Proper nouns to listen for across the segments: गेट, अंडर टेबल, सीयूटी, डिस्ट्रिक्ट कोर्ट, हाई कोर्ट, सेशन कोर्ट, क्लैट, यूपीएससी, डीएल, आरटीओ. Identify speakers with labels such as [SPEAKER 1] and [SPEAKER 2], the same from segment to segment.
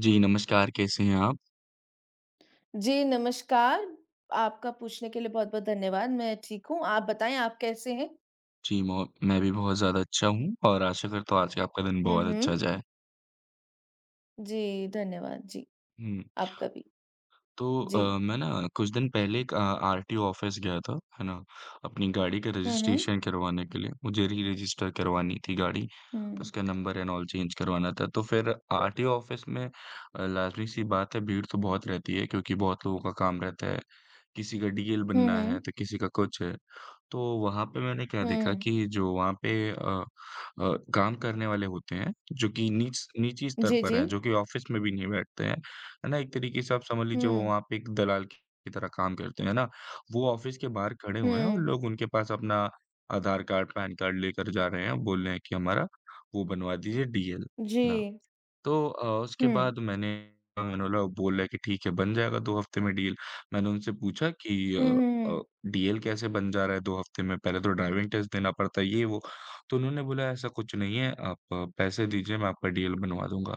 [SPEAKER 1] जी, नमस्कार, कैसे हैं आप?
[SPEAKER 2] जी, नमस्कार। आपका पूछने के लिए बहुत-बहुत धन्यवाद। मैं ठीक हूँ। आप बताएँ आप कैसे हैं?
[SPEAKER 1] जी, मौ मैं भी बहुत ज़्यादा अच्छा हूँ और आशा करता हूँ आज का आपका दिन
[SPEAKER 2] हुँ,
[SPEAKER 1] बहुत अच्छा
[SPEAKER 2] हुँ।
[SPEAKER 1] जाए।
[SPEAKER 2] जी, धन्यवाद। जी,
[SPEAKER 1] हुँ,
[SPEAKER 2] आपका भी।
[SPEAKER 1] तो
[SPEAKER 2] जी।
[SPEAKER 1] मैं ना कुछ दिन पहले एक RTO ऑफ़िस गया था, है ना? अपनी गाड़ी का
[SPEAKER 2] हुँ, हुँ।
[SPEAKER 1] रजिस्ट्रेशन करवाने के लिए, मुझे री-रजिस्टर करवानी थी गाड़ी,
[SPEAKER 2] हुँ।
[SPEAKER 1] उसका नंबर एंड ऑल चेंज करवाना था। तो फिर RTO ऑफ़िस में लाज़मी-सी बात है भीड़ तो बहुत रहती है क्योंकि बहुत लोगों का काम रहता है, किसी का DL
[SPEAKER 2] हुँ,
[SPEAKER 1] बनना है,
[SPEAKER 2] हुँ।
[SPEAKER 1] तो किसी का कुछ है। तो वहाँ पे मैंने क्या देखा
[SPEAKER 2] हुँ।
[SPEAKER 1] कि जो वहाँ पे काम करने वाले होते हैं, जो कि नीच निजी स्तर
[SPEAKER 2] जी,
[SPEAKER 1] पर
[SPEAKER 2] जी।
[SPEAKER 1] हैं, जो कि ऑफ़िस में भी नहीं बैठते हैं, है ना? एक तरीके से आप समझ लीजिए वो
[SPEAKER 2] हुँ।
[SPEAKER 1] वहाँ पे एक दलाल की तरह काम करते हैं, है ना? वो ऑफ़िस के बाहर खड़े हुए हैं और
[SPEAKER 2] हुँ।
[SPEAKER 1] लोग उनके पास अपना आधार कार्ड, पैन कार्ड लेकर जा रहे हैं, बोल रहे हैं कि हमारा वो बनवा दीजिए DL,
[SPEAKER 2] जी।
[SPEAKER 1] ना। तो उसके
[SPEAKER 2] हुँ।
[SPEAKER 1] बाद मैंने मैंने बोला बोला कि ठीक है बन जाएगा 2 हफ्ते में डील। मैंने उनसे पूछा कि
[SPEAKER 2] हुँ, हुँ,
[SPEAKER 1] अ,
[SPEAKER 2] हुँ।
[SPEAKER 1] DL कैसे बन जा रहा है 2 हफ्ते में? पहले तो ड्राइविंग टेस्ट देना पड़ता है ये वो। तो उन्होंने बोला ऐसा कुछ नहीं है आप पैसे दीजिए मैं आपका DL बनवा दूँगा।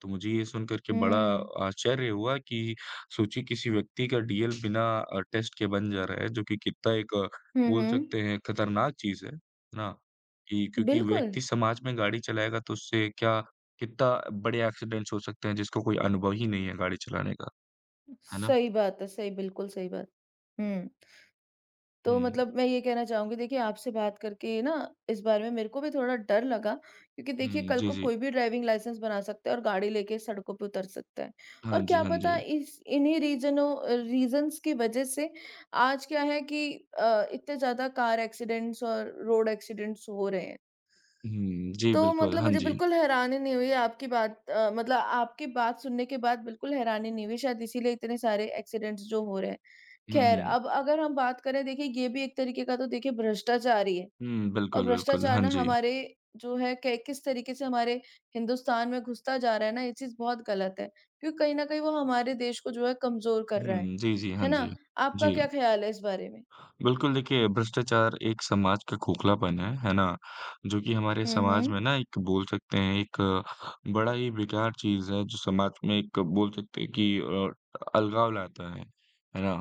[SPEAKER 1] तो मुझे ये सुन कर के बड़ा
[SPEAKER 2] हुँ।
[SPEAKER 1] आश्चर्य हुआ कि सोचिए किसी व्यक्ति का DL बिना टेस्ट के बन जा रहा है जो कि कितना एक
[SPEAKER 2] हुँ,
[SPEAKER 1] बोल
[SPEAKER 2] हुँ।
[SPEAKER 1] सकते हैं खतरनाक चीज़ है ना? कि क्योंकि
[SPEAKER 2] बिल्कुल।
[SPEAKER 1] व्यक्ति समाज में गाड़ी चलाएगा तो उससे क्या कितना बड़े एक्सीडेंट्स हो सकते हैं जिसको कोई अनुभव ही नहीं है गाड़ी चलाने का, है ना?
[SPEAKER 2] सही बात है, सही बिल्कुल सही बात। हुँ। तो
[SPEAKER 1] हुँ,
[SPEAKER 2] मतलब मैं ये कहना चाहूँगी, देखिए आपसे बात करके ना इस बारे में मेरे को भी थोड़ा डर लगा, क्योंकि देखिए
[SPEAKER 1] हुँ,
[SPEAKER 2] कल
[SPEAKER 1] जी,
[SPEAKER 2] को
[SPEAKER 1] जी।
[SPEAKER 2] कोई भी ड्राइविंग लाइसेंस बना सकता है और गाड़ी लेके सड़कों पे उतर सकता है
[SPEAKER 1] हाँ
[SPEAKER 2] और
[SPEAKER 1] जी,
[SPEAKER 2] क्या
[SPEAKER 1] हाँ
[SPEAKER 2] पता
[SPEAKER 1] जी।
[SPEAKER 2] इस इन्हीं रीजनों रीजंस की वजह से आज क्या है कि इतने ज्यादा कार एक्सीडेंट्स और रोड एक्सीडेंट्स हो रहे हैं।
[SPEAKER 1] हुँ, जी
[SPEAKER 2] तो
[SPEAKER 1] बिल्कुल,
[SPEAKER 2] मतलब
[SPEAKER 1] हाँ
[SPEAKER 2] मुझे
[SPEAKER 1] जी।
[SPEAKER 2] बिल्कुल हैरानी नहीं हुई आपकी बात मतलब आपकी बात सुनने के बाद बिल्कुल हैरानी नहीं हुई, शायद इसीलिए इतने सारे एक्सीडेंट्स जो हो रहे हैं।
[SPEAKER 1] हुँ,
[SPEAKER 2] ख़ैर
[SPEAKER 1] हुँ।
[SPEAKER 2] अब अगर हम बात करें, देखिए ये भी एक तरीके का तो देखिए भ्रष्टाचार ही है।
[SPEAKER 1] हुँ,
[SPEAKER 2] और
[SPEAKER 1] बिल्कुल, बिल्कुल,
[SPEAKER 2] भ्रष्टाचार
[SPEAKER 1] हाँ
[SPEAKER 2] ना
[SPEAKER 1] जी।
[SPEAKER 2] हमारे जो है कै किस तरीके से हमारे हिंदुस्तान में घुसता जा रहा है ना, ये चीज़ बहुत गलत है, क्योंकि कहीं न कहीं वो हमारे देश को जो है कमज़ोर कर रहा है।
[SPEAKER 1] हुँ, जी, जी, हाँ
[SPEAKER 2] है
[SPEAKER 1] जी।
[SPEAKER 2] ना? आपका
[SPEAKER 1] जी,
[SPEAKER 2] क्या ख़्याल है इस बारे में?
[SPEAKER 1] बिल्कुल देखिए भ्रष्टाचार एक समाज का खोखलापन है ना? जो कि हमारे
[SPEAKER 2] हुँ,
[SPEAKER 1] समाज
[SPEAKER 2] हुँ।
[SPEAKER 1] में ना एक बोल सकते हैं एक बड़ा ही बेकार चीज़ है जो समाज में एक बोल सकते हैं कि अलगाव लाता है ना?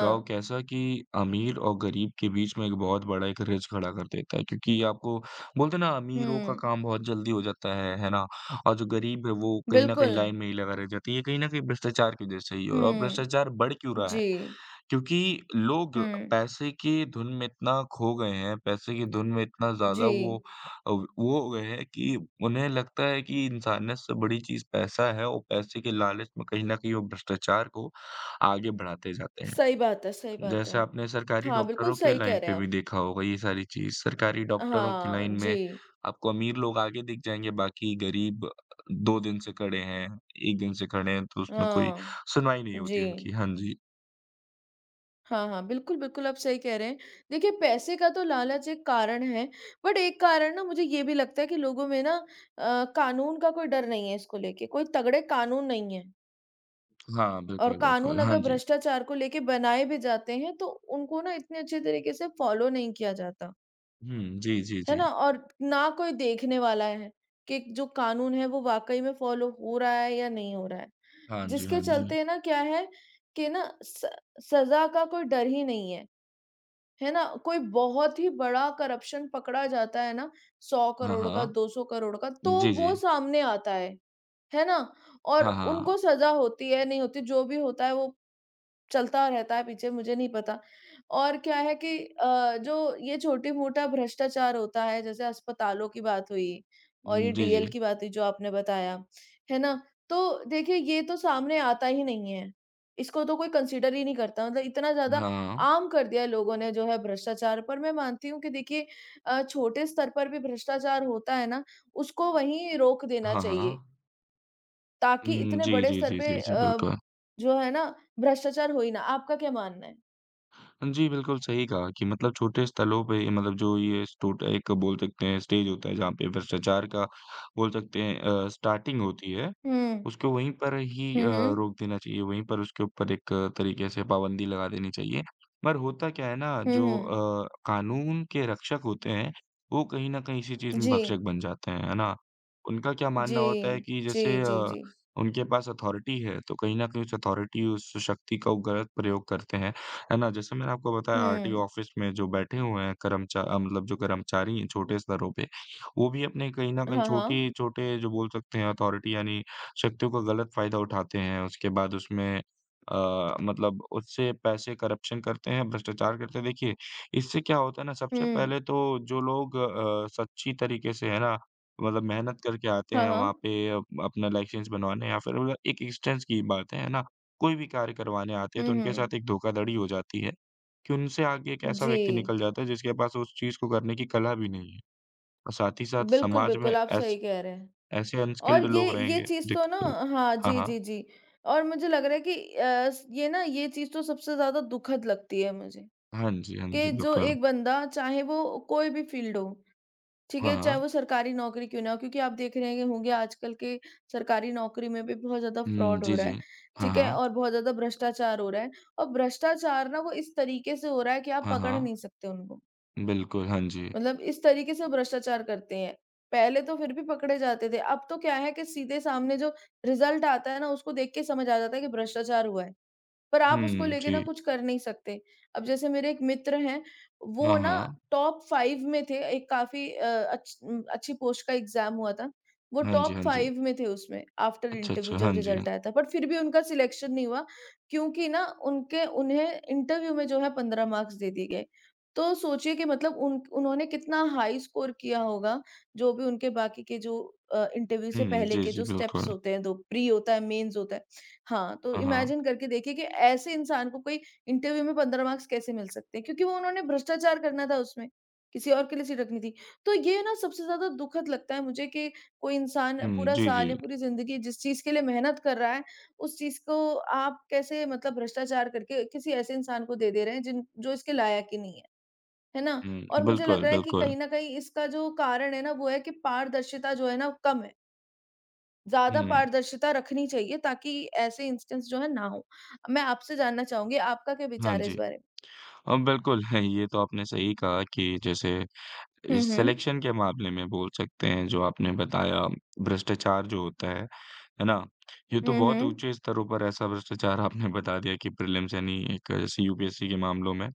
[SPEAKER 1] गाँव कैसा कि अमीर और गरीब के बीच में एक बहुत बड़ा एक रिज खड़ा कर देता है क्योंकि आपको बोलते हैं ना अमीरों का
[SPEAKER 2] हुँ।
[SPEAKER 1] काम बहुत जल्दी हो जाता है ना? और जो गरीब है वो कहीं न कहीं
[SPEAKER 2] बिल्कुल।
[SPEAKER 1] लाइन में ही लगा रह जाता है। ये कहीं न कहीं भ्रष्टाचार की वजह से ही हो रहा है और
[SPEAKER 2] हुँ।
[SPEAKER 1] भ्रष्टाचार बढ़ क्यों रहा है?
[SPEAKER 2] जी।
[SPEAKER 1] क्योंकि लोग
[SPEAKER 2] हुँ।
[SPEAKER 1] पैसे की धुन में इतना खो गए हैं, पैसे की धुन में इतना ज़्यादा वो
[SPEAKER 2] जी,
[SPEAKER 1] अ, वो हो गए हैं कि उन्हें लगता है कि इंसानियत से बड़ी चीज़ पैसा है और पैसे के लालच में कहीं न कहीं वो भ्रष्टाचार को आगे बढ़ाते जाते
[SPEAKER 2] सही
[SPEAKER 1] हैं।
[SPEAKER 2] बात है, सही बात है।
[SPEAKER 1] जैसे आपने सरकारी
[SPEAKER 2] हाँ, बिल्कुल
[SPEAKER 1] डॉक्टरों के
[SPEAKER 2] सही
[SPEAKER 1] लाइन
[SPEAKER 2] कह रहे
[SPEAKER 1] पे
[SPEAKER 2] हैं
[SPEAKER 1] भी
[SPEAKER 2] आप।
[SPEAKER 1] देखा होगा ये सारी चीज़, सरकारी डॉक्टरों की
[SPEAKER 2] हाँ,
[SPEAKER 1] लाइन में
[SPEAKER 2] जी,
[SPEAKER 1] आपको अमीर लोग आगे दिख जाएँगे, बाकी गरीब 2 दिन से खड़े हैं, 1 दिन से खड़े हैं, तो उसमें कोई
[SPEAKER 2] हाँ,
[SPEAKER 1] सुनवाई नहीं होती
[SPEAKER 2] जी।
[SPEAKER 1] उनकी। हाँ जी।
[SPEAKER 2] हाँ, हाँ, बिल्कुल, बिल्कुल आप सही कह रहे हैं। देखिए पैसे का तो लालच एक कारण है, बट एक कारण ना मुझे ये भी लगता है कि लोगों में ना कानून का कोई डर नहीं है इसको लेके, कोई तगड़े कानून नहीं है।
[SPEAKER 1] हाँ,
[SPEAKER 2] और
[SPEAKER 1] बिल्कुल,
[SPEAKER 2] कानून
[SPEAKER 1] बिल्कुल। हाँ
[SPEAKER 2] अगर
[SPEAKER 1] जी।
[SPEAKER 2] भ्रष्टाचार को लेके बनाए भी जाते हैं, तो उनको ना इतने अच्छे तरीके से फॉलो नहीं किया जाता।
[SPEAKER 1] हुँ, जी, जी,
[SPEAKER 2] है
[SPEAKER 1] जी।
[SPEAKER 2] ना? और ना कोई देखने वाला है कि जो कानून है वो वाक़ई में फ़ॉलो हो रहा है या नहीं हो रहा है।
[SPEAKER 1] हाँ जी,
[SPEAKER 2] जिसके
[SPEAKER 1] हाँ जी।
[SPEAKER 2] चलते ना क्या है कि ना स सज़ा का कोई डर ही नहीं है। है ना? कोई बहुत ही बड़ा करप्शन पकड़ा जाता है ना, 100
[SPEAKER 1] हाँ,
[SPEAKER 2] करोड़ का,
[SPEAKER 1] हाँ।
[SPEAKER 2] 200 करोड़ का, तो
[SPEAKER 1] जी, जी।
[SPEAKER 2] वो सामने आता है। है ना? और
[SPEAKER 1] हाँ, हाँ।
[SPEAKER 2] उनको सज़ा होती है, नहीं होती, जो भी होता है वो चलता रहता है पीछे, मुझे नहीं पता। और क्या है कि जो ये छोटी-मोटा भ्रष्टाचार होता है, जैसे अस्पतालों की बात हुई और ये
[SPEAKER 1] जी,
[SPEAKER 2] डीएल
[SPEAKER 1] जी।
[SPEAKER 2] की बात हुई जो आपने बताया, है ना? तो देखिए ये तो सामने आता ही नहीं है। इसको तो कोई कंसीडर ही नहीं करता, मतलब इतना ज़्यादा
[SPEAKER 1] हाँ, हाँ।
[SPEAKER 2] आम कर दिया है लोगों ने जो है भ्रष्टाचार। पर मैं मानती हूँ कि देखिए छोटे स्तर पर भी भ्रष्टाचार होता है ना, उसको वहीं रोक देना
[SPEAKER 1] हाँ, हाँ।
[SPEAKER 2] चाहिए। ताकि
[SPEAKER 1] हुँ,
[SPEAKER 2] इतने
[SPEAKER 1] जी,
[SPEAKER 2] बड़े
[SPEAKER 1] जी,
[SPEAKER 2] स्तर
[SPEAKER 1] जी,
[SPEAKER 2] पे
[SPEAKER 1] जी, जी, बिल्कुल।
[SPEAKER 2] जो है ना भ्रष्टाचार हो ही ना। आपका क्या मानना है?
[SPEAKER 1] जी, बिल्कुल सही कहा कि मतलब छोटे स्थलों पे ये मतलब जो ये स्टोट एक बोल सकते हैं स्टेज होता है जहाँ पे भ्रष्टाचार का बोल सकते हैं स्टार्टिंग होती है,
[SPEAKER 2] हुँ।
[SPEAKER 1] उसको वहीं पर ही
[SPEAKER 2] हुँ, हुँ।
[SPEAKER 1] रोक देना चाहिए, वहीं पर उसके ऊपर एक तरीके से पाबंदी लगा देनी चाहिए। पर होता क्या है ना
[SPEAKER 2] हुँ,
[SPEAKER 1] जो
[SPEAKER 2] हुँ।
[SPEAKER 1] कानून के रक्षक होते हैं, वो कहीं न कहीं इसी चीज़ में
[SPEAKER 2] जी।
[SPEAKER 1] भक्षक बन जाते हैं, है ना? उनका क्या मानना
[SPEAKER 2] जी।
[SPEAKER 1] होता है कि
[SPEAKER 2] जी,
[SPEAKER 1] जैसे
[SPEAKER 2] जी, जी।
[SPEAKER 1] उनके पास अथॉरिटी है, तो कहीं न कहीं उस अथॉरिटी, उस शक्ति का वो गलत प्रयोग करते हैं। है ना? जैसे मैंने आपको बताया RTO
[SPEAKER 2] हुँ।
[SPEAKER 1] ऑफ़िस में जो बैठे हुए हैं मतलब जो कर्मचारी हैं छोटे स्तरों पे, वो भी अपने कहीं न कहीं
[SPEAKER 2] हाँ, हाँ।
[SPEAKER 1] छोटी छोटे जो बोल सकते हैं अथॉरिटी यानी शक्तियों का गलत फ़ायदा उठाते हैं। उसके बाद उसमें मतलब उससे पैसे करप्शन करते हैं, भ्रष्टाचार करते हैं। देखिए, इससे क्या होता है ना सबसे
[SPEAKER 2] हुँ।
[SPEAKER 1] पहले तो जो लोग सच्ची तरीके से है ना मतलब मेहनत करके आते
[SPEAKER 2] हाँ,
[SPEAKER 1] हैं वहाँ
[SPEAKER 2] हाँ।
[SPEAKER 1] पे अप अपना लाइसेंस बनवाने या फिर मतलब एक इंस्टेंस की बात है ना? कोई भी कार्य करवाने आते हैं तो
[SPEAKER 2] हुँ,
[SPEAKER 1] उनके
[SPEAKER 2] हुँ।
[SPEAKER 1] साथ एक धोखाधड़ी हो जाती है, कि उनसे आगे एक ऐसा
[SPEAKER 2] जी।
[SPEAKER 1] व्यक्ति निकल जाता है जिसके पास उस चीज़ को करने की कला भी नहीं है और साथ ही साथ
[SPEAKER 2] बिल्कुल,
[SPEAKER 1] समाज में
[SPEAKER 2] बिल्कुल, आप
[SPEAKER 1] ऐस
[SPEAKER 2] सही कह रहे हैं।
[SPEAKER 1] ऐसे
[SPEAKER 2] और
[SPEAKER 1] अनस्किल्ड लोग
[SPEAKER 2] ये
[SPEAKER 1] रहेंगे
[SPEAKER 2] चीज़ तो ना,
[SPEAKER 1] दिक्कत होगी।
[SPEAKER 2] हाँ,
[SPEAKER 1] हाँ,
[SPEAKER 2] जी,
[SPEAKER 1] हाँ।
[SPEAKER 2] जी, जी। और मुझे लग रहा है कि अ, स ये ना ये चीज़ तो सबसे ज़्यादा दुखद लगती है मुझे,
[SPEAKER 1] हाँ जी, हाँ जी,
[SPEAKER 2] कि जो
[SPEAKER 1] बिल्कुल।
[SPEAKER 2] एक बंदा चाहे वो कोई भी फ़ील्ड हो, ठीक
[SPEAKER 1] हाँ,
[SPEAKER 2] है,
[SPEAKER 1] हाँ।
[SPEAKER 2] चाहे वो सरकारी नौकरी क्यों ना हो, क्योंकि आप देख रहे हैं होंगे आजकल के सरकारी नौकरी में भी बहुत ज़्यादा
[SPEAKER 1] हुँ,
[SPEAKER 2] फ्रॉड हो
[SPEAKER 1] जी,
[SPEAKER 2] रहा
[SPEAKER 1] जी।
[SPEAKER 2] है,
[SPEAKER 1] हाँ,
[SPEAKER 2] ठीक है?
[SPEAKER 1] हाँ।
[SPEAKER 2] और बहुत ज़्यादा भ्रष्टाचार हो रहा है। और भ्रष्टाचार ना वो इस तरीके से हो रहा है कि आप
[SPEAKER 1] हाँ,
[SPEAKER 2] पकड़
[SPEAKER 1] हाँ।
[SPEAKER 2] नहीं सकते उनको,
[SPEAKER 1] बिल्कुल, हाँ जी।
[SPEAKER 2] मतलब इस तरीके से वो भ्रष्टाचार करते हैं। पहले तो फिर भी पकड़े जाते थे, अब तो क्या है कि सीधे सामने जो रिज़ल्ट आता है ना, उसको देख के समझ आ जाता है कि भ्रष्टाचार हुआ है। पर आप उसको
[SPEAKER 1] हुँ,
[SPEAKER 2] लेके ना
[SPEAKER 1] जी।
[SPEAKER 2] कुछ कर नहीं सकते। अब जैसे मेरे एक मित्र हैं,
[SPEAKER 1] हाँ,
[SPEAKER 2] वो ना
[SPEAKER 1] हाँ।
[SPEAKER 2] टॉप 5 में थे। एक काफ़ी अच्छी पोस्ट का एग्ज़ाम हुआ था। वो
[SPEAKER 1] हाँ जी,
[SPEAKER 2] टॉप
[SPEAKER 1] हाँ जी।
[SPEAKER 2] 5 में थे उसमें आफ्टर
[SPEAKER 1] अच्छा,
[SPEAKER 2] इंटरव्यू
[SPEAKER 1] अच्छा।
[SPEAKER 2] जब
[SPEAKER 1] हाँ जी।
[SPEAKER 2] रिज़ल्ट आया था, बट फिर भी उनका सिलेक्शन नहीं हुआ क्योंकि ना उनके उन्हें इंटरव्यू में जो है 15 मार्क्स दे दिए गए। तो सोचिए कि मतलब उन उन्होंने कितना हाई स्कोर किया होगा, जो भी उनके बाकी के जो इंटरव्यू से
[SPEAKER 1] हुँ,
[SPEAKER 2] पहले
[SPEAKER 1] जी,
[SPEAKER 2] के
[SPEAKER 1] जी,
[SPEAKER 2] जो स्टेप्स
[SPEAKER 1] बिल्कुल।
[SPEAKER 2] होते हैं, 2 प्री होता है, मेंस होता है। हाँ, तो
[SPEAKER 1] हाँ, हाँ।
[SPEAKER 2] इमेजिन करके देखिए कि ऐसे इंसान को कोई इंटरव्यू में 15 मार्क्स कैसे मिल सकते हैं, क्योंकि वो उन्होंने भ्रष्टाचार करना था उसमें, किसी और के लिए सिटकनी थी। तो ये ना सबसे ज़्यादा दुखद लगता है मुझे कि कोई इंसान
[SPEAKER 1] हुँ,
[SPEAKER 2] पूरा
[SPEAKER 1] जी, जी।
[SPEAKER 2] साल या पूरी ज़िंदगी जिस चीज़ के लिए मेहनत कर रहा है, उस चीज़ को आप कैसे, मतलब भ्रष्टाचार करके, किसी ऐसे इंसान को दे दे रहे हैं जिन जो इसके लायक ही नहीं है, है ना?
[SPEAKER 1] हुँ,
[SPEAKER 2] और मुझे लग
[SPEAKER 1] बिल्कुल,
[SPEAKER 2] रहा है कि
[SPEAKER 1] बिल्कुल।
[SPEAKER 2] कहीं न कहीं इसका जो कारण है ना, वो है कि पारदर्शिता जो है ना, कम है। ज़्यादा
[SPEAKER 1] हुँ,
[SPEAKER 2] पारदर्शिता रखनी चाहिए ताकि ऐसे इंस्टेंस जो है ना हो। मैं आपसे जानना चाहूँगी आपका क्या
[SPEAKER 1] हाँ
[SPEAKER 2] विचार है
[SPEAKER 1] जी।
[SPEAKER 2] इस बारे में?
[SPEAKER 1] हाँ, बिल्कुल, है, ये तो आपने सही कहा कि जैसे
[SPEAKER 2] हुँ,
[SPEAKER 1] इस
[SPEAKER 2] हुँ।
[SPEAKER 1] सिलेक्शन के मामले में बोल सकते हैं जो आपने बताया भ्रष्टाचार जो होता है ना? ये तो
[SPEAKER 2] हुँ,
[SPEAKER 1] बहुत
[SPEAKER 2] हुँ।
[SPEAKER 1] ऊँचे स्तरों पर ऐसा भ्रष्टाचार आपने बता दिया कि प्रीलिम्स यानी एक जैसे UPSC के मामलों में,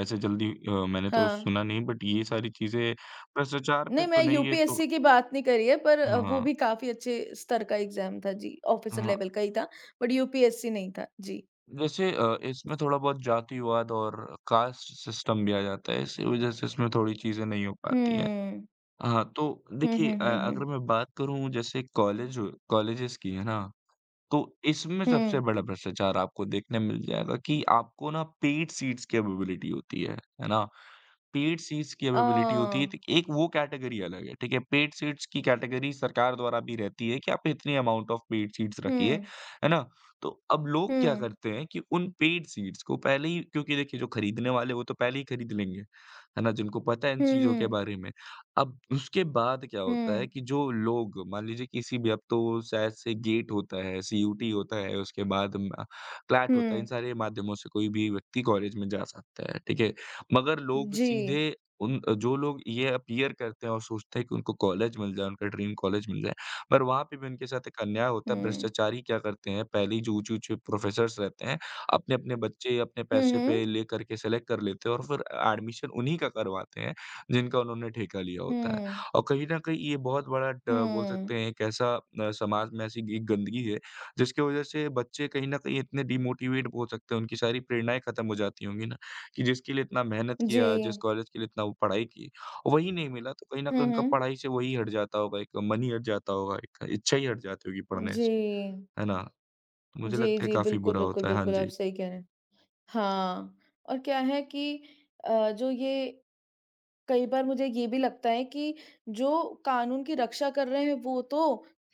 [SPEAKER 1] ऐसे जल्दी मैंने तो
[SPEAKER 2] हाँ।
[SPEAKER 1] सुना नहीं बट ये सारी चीज़ें भ्रष्टाचार पे
[SPEAKER 2] नहीं,
[SPEAKER 1] तो
[SPEAKER 2] मैं
[SPEAKER 1] नहीं है तो
[SPEAKER 2] यूपीएससी की बात नहीं करी है, पर वो
[SPEAKER 1] हाँ,
[SPEAKER 2] भी काफ़ी अच्छे स्तर का एग्ज़ाम था जी, ऑफ़िसर
[SPEAKER 1] हाँ।
[SPEAKER 2] लेवल का ही था, बट यूपीएससी नहीं था। जी।
[SPEAKER 1] जैसे इसमें थोड़ा बहुत जातिवाद और कास्ट सिस्टम भी आ जाता है, इसी वजह से इसमें थोड़ी चीज़ें नहीं हो पाती हैं।
[SPEAKER 2] हुँ।
[SPEAKER 1] हाँ, तो
[SPEAKER 2] हुँ,
[SPEAKER 1] देखिए
[SPEAKER 2] हुँ, हुँ,
[SPEAKER 1] अगर
[SPEAKER 2] हुँ।
[SPEAKER 1] मैं बात करूँ जैसे कॉलेजेस की है ना, तो इसमें सबसे
[SPEAKER 2] हुँ।
[SPEAKER 1] बड़ा भ्रष्टाचार आपको देखने मिल जाएगा कि आपको ना पेड सीट्स की अवेलेबिलिटी होती है ना? पेड सीट्स की
[SPEAKER 2] अ,
[SPEAKER 1] अवेलेबिलिटी होती है तो एक वो कैटेगरी अलग है, ठीक है? पेड सीट्स की कैटेगरी सरकार द्वारा भी रहती है कि आप इतनी अमाउंट ऑफ पेड सीट्स रखिए,
[SPEAKER 2] हुँ,
[SPEAKER 1] है ना? तो अब लोग क्या
[SPEAKER 2] हुँ।
[SPEAKER 1] करते हैं कि उन पेड सीट्स को पहले ही क्योंकि देखिए जो खरीदने वाले वो तो पहले ही खरीद लेंगे, है ना? जिनको पता है इन
[SPEAKER 2] हुँ,
[SPEAKER 1] चीज़ों के
[SPEAKER 2] हुँ।
[SPEAKER 1] बारे में। अब उसके बाद क्या होता है
[SPEAKER 2] हुँ,
[SPEAKER 1] कि जो लोग मान लीजिए किसी भी अब तो शायद से गेट होता है, CUT होता है, उसके बाद म क्लैट
[SPEAKER 2] हुँ।
[SPEAKER 1] होता है, इन सारे माध्यमों से कोई भी व्यक्ति कॉलेज में जा सकता है, ठीक है? मगर लोग
[SPEAKER 2] जी।
[SPEAKER 1] सीधे उन जो लोग ये अपीयर करते हैं और सोचते हैं कि उनको कॉलेज मिल जाए, उनका ड्रीम कॉलेज मिल जाए, पर वहाँ पे भी उनके साथ एक अन्याय होता है,
[SPEAKER 2] हुँ।
[SPEAKER 1] भ्रष्टाचारी क्या करते हैं, पहले ही जो ऊँचे-ऊँचे प्रोफ़ेसर्स रहते हैं, अपने-अपने बच्चे अपने
[SPEAKER 2] हुँ,
[SPEAKER 1] पैसे पे
[SPEAKER 2] हुँ।
[SPEAKER 1] लेकर के सेलेक्ट कर लेते हैं और फिर एडमिशन उन्हीं का करवाते हैं। जिनका उन्होंने ठेका लिया होता है।
[SPEAKER 2] हुँ,
[SPEAKER 1] और कहीं न कहीं ये बहुत बड़ा ड बोल
[SPEAKER 2] हुँ।
[SPEAKER 1] सकते हैं एक ऐसा समाज में ऐसी एक गंदगी है, जिसकी वज़ह से बच्चे कहीं न कहीं इतने डिमोटिवेट हो सकते हैं, उनकी सारी प्रेरणाएँ खत्म हो जाती होंगी ना, कि जिसके लिए इतना मेहनत
[SPEAKER 2] जी।
[SPEAKER 1] किया, जिस कॉलेज के लिए इतना वो पढ़ाई की, वही नहीं मिला तो कहीं न कहीं
[SPEAKER 2] हुँ,
[SPEAKER 1] उनका
[SPEAKER 2] हुँ।
[SPEAKER 1] पढ़ाई से वही हट जाता होगा, एक मन ही हट जाता होगा, एक इच्छा ही हट जाती होगी पढ़ने
[SPEAKER 2] जी।
[SPEAKER 1] से, है ना? तो मुझे
[SPEAKER 2] जी,
[SPEAKER 1] लगता है
[SPEAKER 2] जी।
[SPEAKER 1] काफ़ी
[SPEAKER 2] बिल्कुल,
[SPEAKER 1] बुरा
[SPEAKER 2] बिल्कुल,
[SPEAKER 1] होता है। हाँ
[SPEAKER 2] बिल्कुल, आप
[SPEAKER 1] जी।
[SPEAKER 2] सही कह रहे हैं। हाँ, और क्या है कि अ, जो ये कई बार मुझे ये भी लगता है कि जो कानून की रक्षा कर रहे हैं वो तो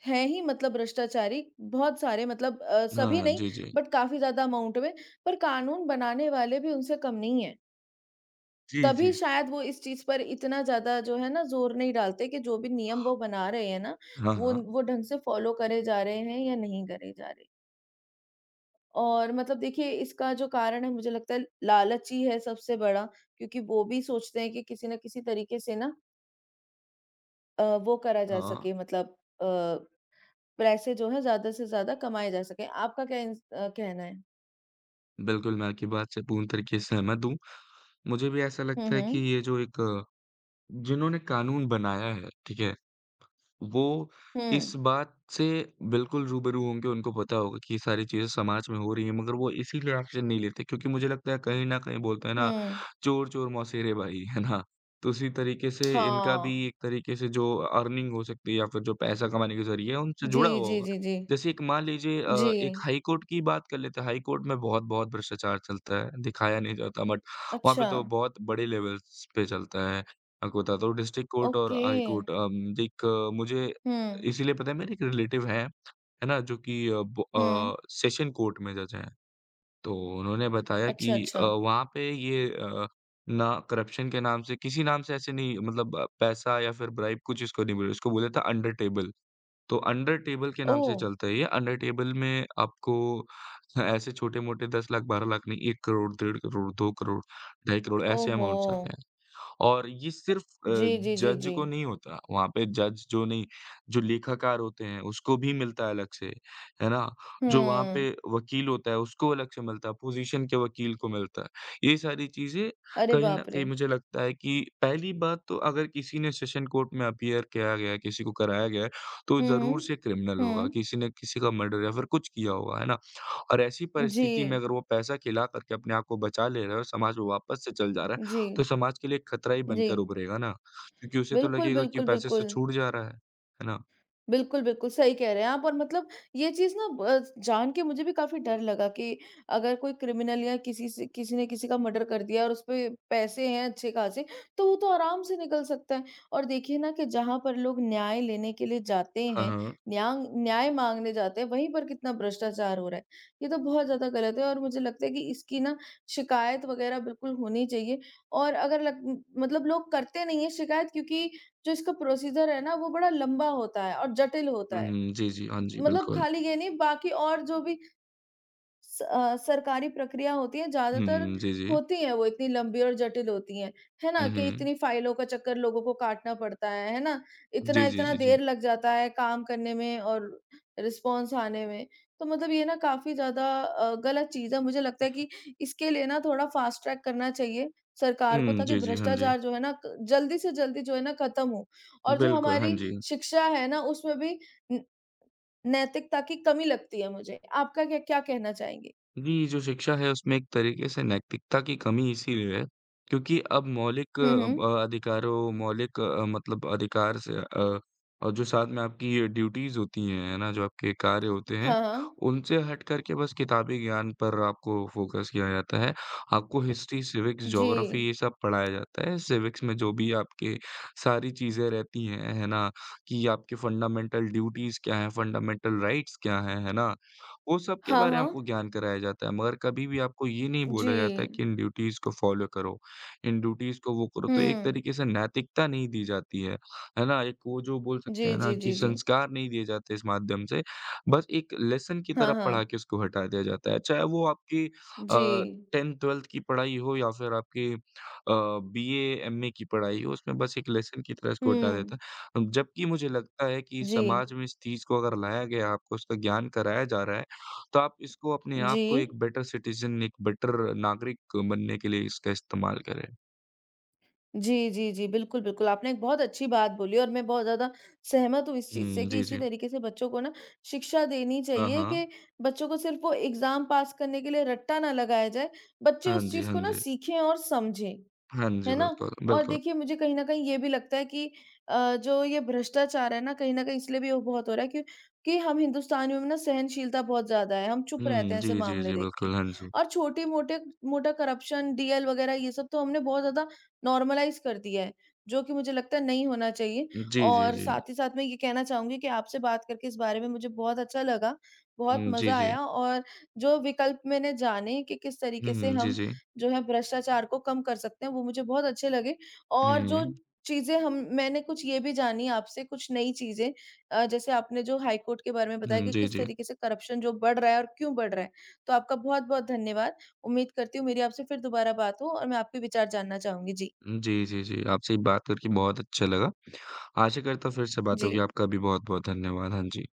[SPEAKER 2] हैं ही मतलब भ्रष्टाचारी, बहुत सारे मतलब सभी
[SPEAKER 1] हाँ,
[SPEAKER 2] नहीं,
[SPEAKER 1] जी, जी।
[SPEAKER 2] बट काफ़ी ज़्यादा अमाउंट में, पर कानून बनाने वाले भी उनसे कम नहीं हैं।
[SPEAKER 1] जी,
[SPEAKER 2] तभी
[SPEAKER 1] जी।
[SPEAKER 2] शायद वो इस चीज़ पर इतना ज़्यादा जो है ना ज़ोर नहीं डालते कि जो भी नियम वो बना रहे हैं ना,
[SPEAKER 1] हाँ, हाँ।
[SPEAKER 2] वो ढंग से फ़ॉलो करे जा रहे हैं या नहीं करे जा रहे। और मतलब देखिए इसका जो कारण है मुझे लगता है लालच ही है सबसे बड़ा, क्योंकि वो भी सोचते हैं कि किसी ना किसी तरीके से ना वो करा जा
[SPEAKER 1] हाँ,
[SPEAKER 2] सके, मतलब अ, पैसे जो है ज्यादा से ज्यादा कमाए जा सके। आपका क्या कहना है?
[SPEAKER 1] बिल्कुल मैं आपकी बात से पूर्ण तरीके से सहमत हूँ। मुझे भी ऐसा लगता
[SPEAKER 2] हम्म।
[SPEAKER 1] है कि
[SPEAKER 2] हम्म।
[SPEAKER 1] ये जो एक जिन्होंने कानून बनाया है, ठीक है? वो
[SPEAKER 2] हम्म।
[SPEAKER 1] इस बात से बिल्कुल रूबरू होंगे, उनको पता होगा कि ये सारी चीज़ें समाज में हो रही हैं, मगर वो इसीलिए एक्शन नहीं लेते क्योंकि मुझे लगता है कहीं न कहीं बोलते हैं ना,
[SPEAKER 2] हम्म।
[SPEAKER 1] चोर चोर मौसेरे भाई, है ना? तो उसी तरीके से इनका भी
[SPEAKER 2] हाँ।
[SPEAKER 1] एक तरीके से जो अर्निंग हो सकती है या फिर जो पैसा कमाने के ज़रिए हैं, उनसे
[SPEAKER 2] जी,
[SPEAKER 1] जुड़ा हुआ
[SPEAKER 2] जी,
[SPEAKER 1] होगा।
[SPEAKER 2] जी, जी,
[SPEAKER 1] जैसे एक मान लीजिए एक
[SPEAKER 2] जी।
[SPEAKER 1] हाई कोर्ट की बात कर लेते हैं, हाई कोर्ट में बहुत-बहुत भ्रष्टाचार चलता है, दिखाया नहीं जाता बट वहाँ पे
[SPEAKER 2] अच्छा।
[SPEAKER 1] तो बहुत बड़े लेवल्स पे चलता है। आपको बताता हूँ डिस्ट्रिक्ट कोर्ट और
[SPEAKER 2] ओके।
[SPEAKER 1] हाई कोर्ट मुझे
[SPEAKER 2] हम्म।
[SPEAKER 1] इसीलिए पता है मेरे एक रिलेटिव है ना? जो कि
[SPEAKER 2] हम्म।
[SPEAKER 1] सेशन कोर्ट में जज हैं। तो उन्होंने बताया कि
[SPEAKER 2] अच्छा, अच्छा।
[SPEAKER 1] वहाँ पे ये ना करप्शन के नाम से किसी नाम से ऐसे नहीं मतलब पैसा या फिर ब्राइब कुछ इसको नहीं बोले, इसको बोला था अंडर टेबल। तो अंडर टेबल के
[SPEAKER 2] ओ।
[SPEAKER 1] नाम से चलता है ये, अंडर टेबल में आपको ऐसे छोटे-मोटे 10 लाख, 12 लाख नहीं, 1 करोड़, 1.5 करोड़, 2 करोड़, 2.5 करोड़ ऐसे
[SPEAKER 2] ओहो।
[SPEAKER 1] अमाउंट्स आते हैं। और ये सिर्फ़
[SPEAKER 2] जी,
[SPEAKER 1] अ,
[SPEAKER 2] जी, जी,
[SPEAKER 1] जज
[SPEAKER 2] जी।
[SPEAKER 1] को नहीं होता, वहाँ पे जज जो नहीं जो लेखाकार होते हैं, उसको भी मिलता है अलग से, है ना? जो वहाँ
[SPEAKER 2] हम्म।
[SPEAKER 1] पे वकील होता है, उसको अलग से मिलता है, पोजीशन के वकील को मिलता है। ये सारी चीज़ें
[SPEAKER 2] अरे
[SPEAKER 1] कहीं न
[SPEAKER 2] बाप रे।
[SPEAKER 1] कहीं मुझे लगता है कि पहली बात तो अगर किसी ने सेशन कोर्ट में अपीयर किया गया है, किसी को कराया गया है, तो
[SPEAKER 2] हुँ,
[SPEAKER 1] ज़रूर
[SPEAKER 2] हुँ।
[SPEAKER 1] से क्रिमिनल होगा,
[SPEAKER 2] हुँ।
[SPEAKER 1] किसी ने किसी का मर्डर या फिर कुछ किया होगा, है ना? और ऐसी
[SPEAKER 2] जी,
[SPEAKER 1] परिस्थिति में अगर वो पैसा खिला करके अपने आप को बचा ले रहा है और समाज में वापस से चल जा रहा
[SPEAKER 2] जी,
[SPEAKER 1] है तो समाज के लिए एक खतरा ही
[SPEAKER 2] जी।
[SPEAKER 1] बनकर उभरेगा ना, क्योंकि उसे तो
[SPEAKER 2] बिल्कुल,
[SPEAKER 1] लगेगा कि
[SPEAKER 2] बिल्कुल,
[SPEAKER 1] पैसे से
[SPEAKER 2] बिल्कुल।
[SPEAKER 1] छूट जा रहा है ना?
[SPEAKER 2] बिल्कुल, बिल्कुल, सही कह रहे हैं आप। और मतलब ये चीज़ ना ब जान के मुझे भी काफ़ी डर लगा कि अगर कोई क्रिमिनल या किसी से किसी ने किसी का मर्डर कर दिया और उसपे पैसे हैं अच्छे-खासे, तो वो तो आराम से निकल सकता है। और देखिए ना कि जहाँ पर लोग न्याय लेने के लिए जाते
[SPEAKER 1] हाँ,
[SPEAKER 2] हैं,
[SPEAKER 1] हाँ।
[SPEAKER 2] न्यांग न्याय माँगने जाते हैं, वहीं पर कितना भ्रष्टाचार हो रहा है। ये तो बहुत ज़्यादा गलत है और मुझे लगता है कि इसकी ना शिकायत वग़ैरह बिल्कुल होनी चाहिए। और अगर लग मतलब लोग करते नहीं हैं शिकायत, क्योंकि जो इसका प्रोसीजर है ना वो बड़ा लंबा होता है और जटिल
[SPEAKER 1] हुँ,
[SPEAKER 2] होता है।
[SPEAKER 1] हुँ। जी, जी। हाँ जी,
[SPEAKER 2] मतलब
[SPEAKER 1] बिल्कुल।
[SPEAKER 2] खाली ये नहीं, बाकी और जो भी सरकारी प्रक्रिया होती है,
[SPEAKER 1] हुँ,
[SPEAKER 2] ज़्यादातर
[SPEAKER 1] हुँ। जी, जी।
[SPEAKER 2] होती है वो इतनी लंबी और जटिल होती हैं, है
[SPEAKER 1] हुँ,
[SPEAKER 2] ना? कि
[SPEAKER 1] हुँ।
[SPEAKER 2] इतनी फाइलों का चक्कर लोगों को काटना पड़ता है ना?
[SPEAKER 1] जी, जी,
[SPEAKER 2] इतना-इतना
[SPEAKER 1] जी, जी।
[SPEAKER 2] देर लग जाता है काम करने में और रिस्पॉन्स आने में। तो मतलब ये ना काफ़ी ज़्यादा गलत चीज़ है, मुझे लगता है कि इसके लिए ना थोड़ा फास्ट ट्रैक करना चाहिए सरकार को,
[SPEAKER 1] हुँ,
[SPEAKER 2] ताकि
[SPEAKER 1] जी, जी। हाँ जी।
[SPEAKER 2] भ्रष्टाचार जो है ना क जल्दी से जल्दी जो है ना खत्म हो। और जो
[SPEAKER 1] बिल्कुल, हाँ
[SPEAKER 2] हमारी
[SPEAKER 1] जी।
[SPEAKER 2] शिक्षा है ना, उसमें भी न नैतिकता की कमी लगती है मुझे। आपका क्या क्या कहना चाहेंगे?
[SPEAKER 1] जी, जो शिक्षा है उसमें एक तरीके से नैतिकता की कमी इसीलिए है, क्योंकि अब मौलिक
[SPEAKER 2] हुँ, हुँ।
[SPEAKER 1] अधिकारों मौलिक मतलब अधिकार से और जो साथ में आपकी ड्यूटीज़ होती हैं, है ना? जो आपके कार्य होते हैं,
[SPEAKER 2] हाँ, हाँ।
[SPEAKER 1] उनसे हट कर के बस किताबी ज्ञान पर आपको फ़ोकस किया जाता है। आपको हिस्ट्री, सिविक्स,
[SPEAKER 2] जी।
[SPEAKER 1] ज्योग्राफ़ी ये सब पढ़ाया जाता है। सिविक्स में जो भी आपके सारी चीज़ें रहती हैं, है ना? कि आपके फंडामेंटल ड्यूटीज़ क्या हैं, फंडामेंटल राइट्स क्या हैं, है ना? वो सब के
[SPEAKER 2] हाँ,
[SPEAKER 1] बारे में
[SPEAKER 2] हाँ।
[SPEAKER 1] आपको ज्ञान कराया जाता है, मगर कभी भी आपको ये नहीं
[SPEAKER 2] जी।
[SPEAKER 1] बोला जाता है कि इन ड्यूटीज़ को फ़ॉलो करो, इन ड्यूटीज़ को वो करो, तो एक
[SPEAKER 2] हुँ।
[SPEAKER 1] तरीके से नैतिकता नहीं दी जाती है ना? एक वो जो बोल सकते
[SPEAKER 2] जी,
[SPEAKER 1] हैं ना
[SPEAKER 2] जी,
[SPEAKER 1] कि
[SPEAKER 2] जी, जी।
[SPEAKER 1] संस्कार नहीं दिए जाते इस माध्यम से, बस एक लेसन की
[SPEAKER 2] हाँ,
[SPEAKER 1] तरह पढ़ा
[SPEAKER 2] हाँ।
[SPEAKER 1] के उसको हटा दिया जाता है, चाहे वो आपकी
[SPEAKER 2] जी।
[SPEAKER 1] अ, 10th-12th की पढ़ाई हो या फिर आपकी BA, MA की पढ़ाई हो, उसमें बस एक लेसन की तरह इसको हटा देता
[SPEAKER 2] हुँ।
[SPEAKER 1] है। जबकि मुझे लगता है कि
[SPEAKER 2] जी।
[SPEAKER 1] समाज में इस चीज़ को अगर लाया गया, आपको उसका ज्ञान कराया जा रहा है, तो आप इसको अपने आप
[SPEAKER 2] जी।
[SPEAKER 1] को एक बेटर सिटिज़न, एक बेटर नागरिक बनने के लिए इसका इस्तेमाल करें।
[SPEAKER 2] जी, जी, जी। बिल्कुल, बिल्कुल, आपने एक बहुत अच्छी बात बोली और मैं बहुत ज़्यादा सहमत हूँ इस चीज़ से,
[SPEAKER 1] हुँ,
[SPEAKER 2] कि
[SPEAKER 1] जी,
[SPEAKER 2] इसी
[SPEAKER 1] जी।
[SPEAKER 2] तरीके से बच्चों को ना शिक्षा देनी
[SPEAKER 1] हाँ,
[SPEAKER 2] चाहिए
[SPEAKER 1] हाँ।
[SPEAKER 2] कि बच्चों को सिर्फ़ वो एग्ज़ाम पास करने के लिए रट्टा ना लगाया जाए, बच्चे
[SPEAKER 1] हाँ
[SPEAKER 2] उस
[SPEAKER 1] जी,
[SPEAKER 2] चीज़
[SPEAKER 1] हाँ
[SPEAKER 2] को ना
[SPEAKER 1] जी।
[SPEAKER 2] सीखें और समझें।
[SPEAKER 1] हाँ जी,
[SPEAKER 2] है ना?
[SPEAKER 1] बिल्कुल,
[SPEAKER 2] और
[SPEAKER 1] बिल्कुल।
[SPEAKER 2] देखिए मुझे कहीं न कहीं ये भी लगता है कि जो ये भ्रष्टाचार है ना, कहीं न कहीं इसलिए भी वो बहुत हो रहा है, क्यों कि हम हिंदुस्तानियों में ना सहनशीलता बहुत ज़्यादा है, हम चुप रहते
[SPEAKER 1] हुँ,
[SPEAKER 2] हैं ऐसे
[SPEAKER 1] जी, जी,
[SPEAKER 2] मामले
[SPEAKER 1] जी,
[SPEAKER 2] देख के।
[SPEAKER 1] बिल्कुल, हाँ जी।
[SPEAKER 2] और छोटी-मोटे मोटा करप्शन, डीएल वग़ैरह ये सब तो हमने बहुत ज़्यादा नॉर्मलाइज़ कर दिया है, जो कि मुझे लगता है नहीं होना चाहिए।
[SPEAKER 1] जी, जी,
[SPEAKER 2] और
[SPEAKER 1] जी।
[SPEAKER 2] साथ ही साथ मैं ये कहना चाहूँगी कि आपसे बात करके इस बारे में मुझे बहुत अच्छा लगा, बहुत
[SPEAKER 1] हुँ, जी,
[SPEAKER 2] मज़ा
[SPEAKER 1] जी।
[SPEAKER 2] आया। और जो विकल्प मैंने जाने कि किस
[SPEAKER 1] हुँ,
[SPEAKER 2] तरीके से
[SPEAKER 1] हुँ, जी,
[SPEAKER 2] हम
[SPEAKER 1] जी।
[SPEAKER 2] जो है भ्रष्टाचार को कम कर सकते हैं, वो मुझे बहुत अच्छे लगे। और जो
[SPEAKER 1] हुँ,
[SPEAKER 2] चीज़ें हम मैंने कुछ ये भी जानी आपसे, कुछ नई चीज़ें जैसे आपने जो हाई कोर्ट के बारे में बताया
[SPEAKER 1] हुँ,
[SPEAKER 2] कि
[SPEAKER 1] जी,
[SPEAKER 2] किस
[SPEAKER 1] जी।
[SPEAKER 2] तरीके से करप्शन जो बढ़ रहा है और क्यों बढ़ रहा है। तो आपका बहुत-बहुत धन्यवाद। उम्मीद करती हूँ मेरी आपसे फिर दोबारा बात हो और मैं आपके विचार जानना चाहूँगी। जी।
[SPEAKER 1] जी, जी, जी, आपसे बात करके बहुत अच्छा लगा। आशा करता हूँ फिर से बात
[SPEAKER 2] जी।
[SPEAKER 1] होगी। आपका भी बहुत-बहुत धन्यवाद। हाँ जी।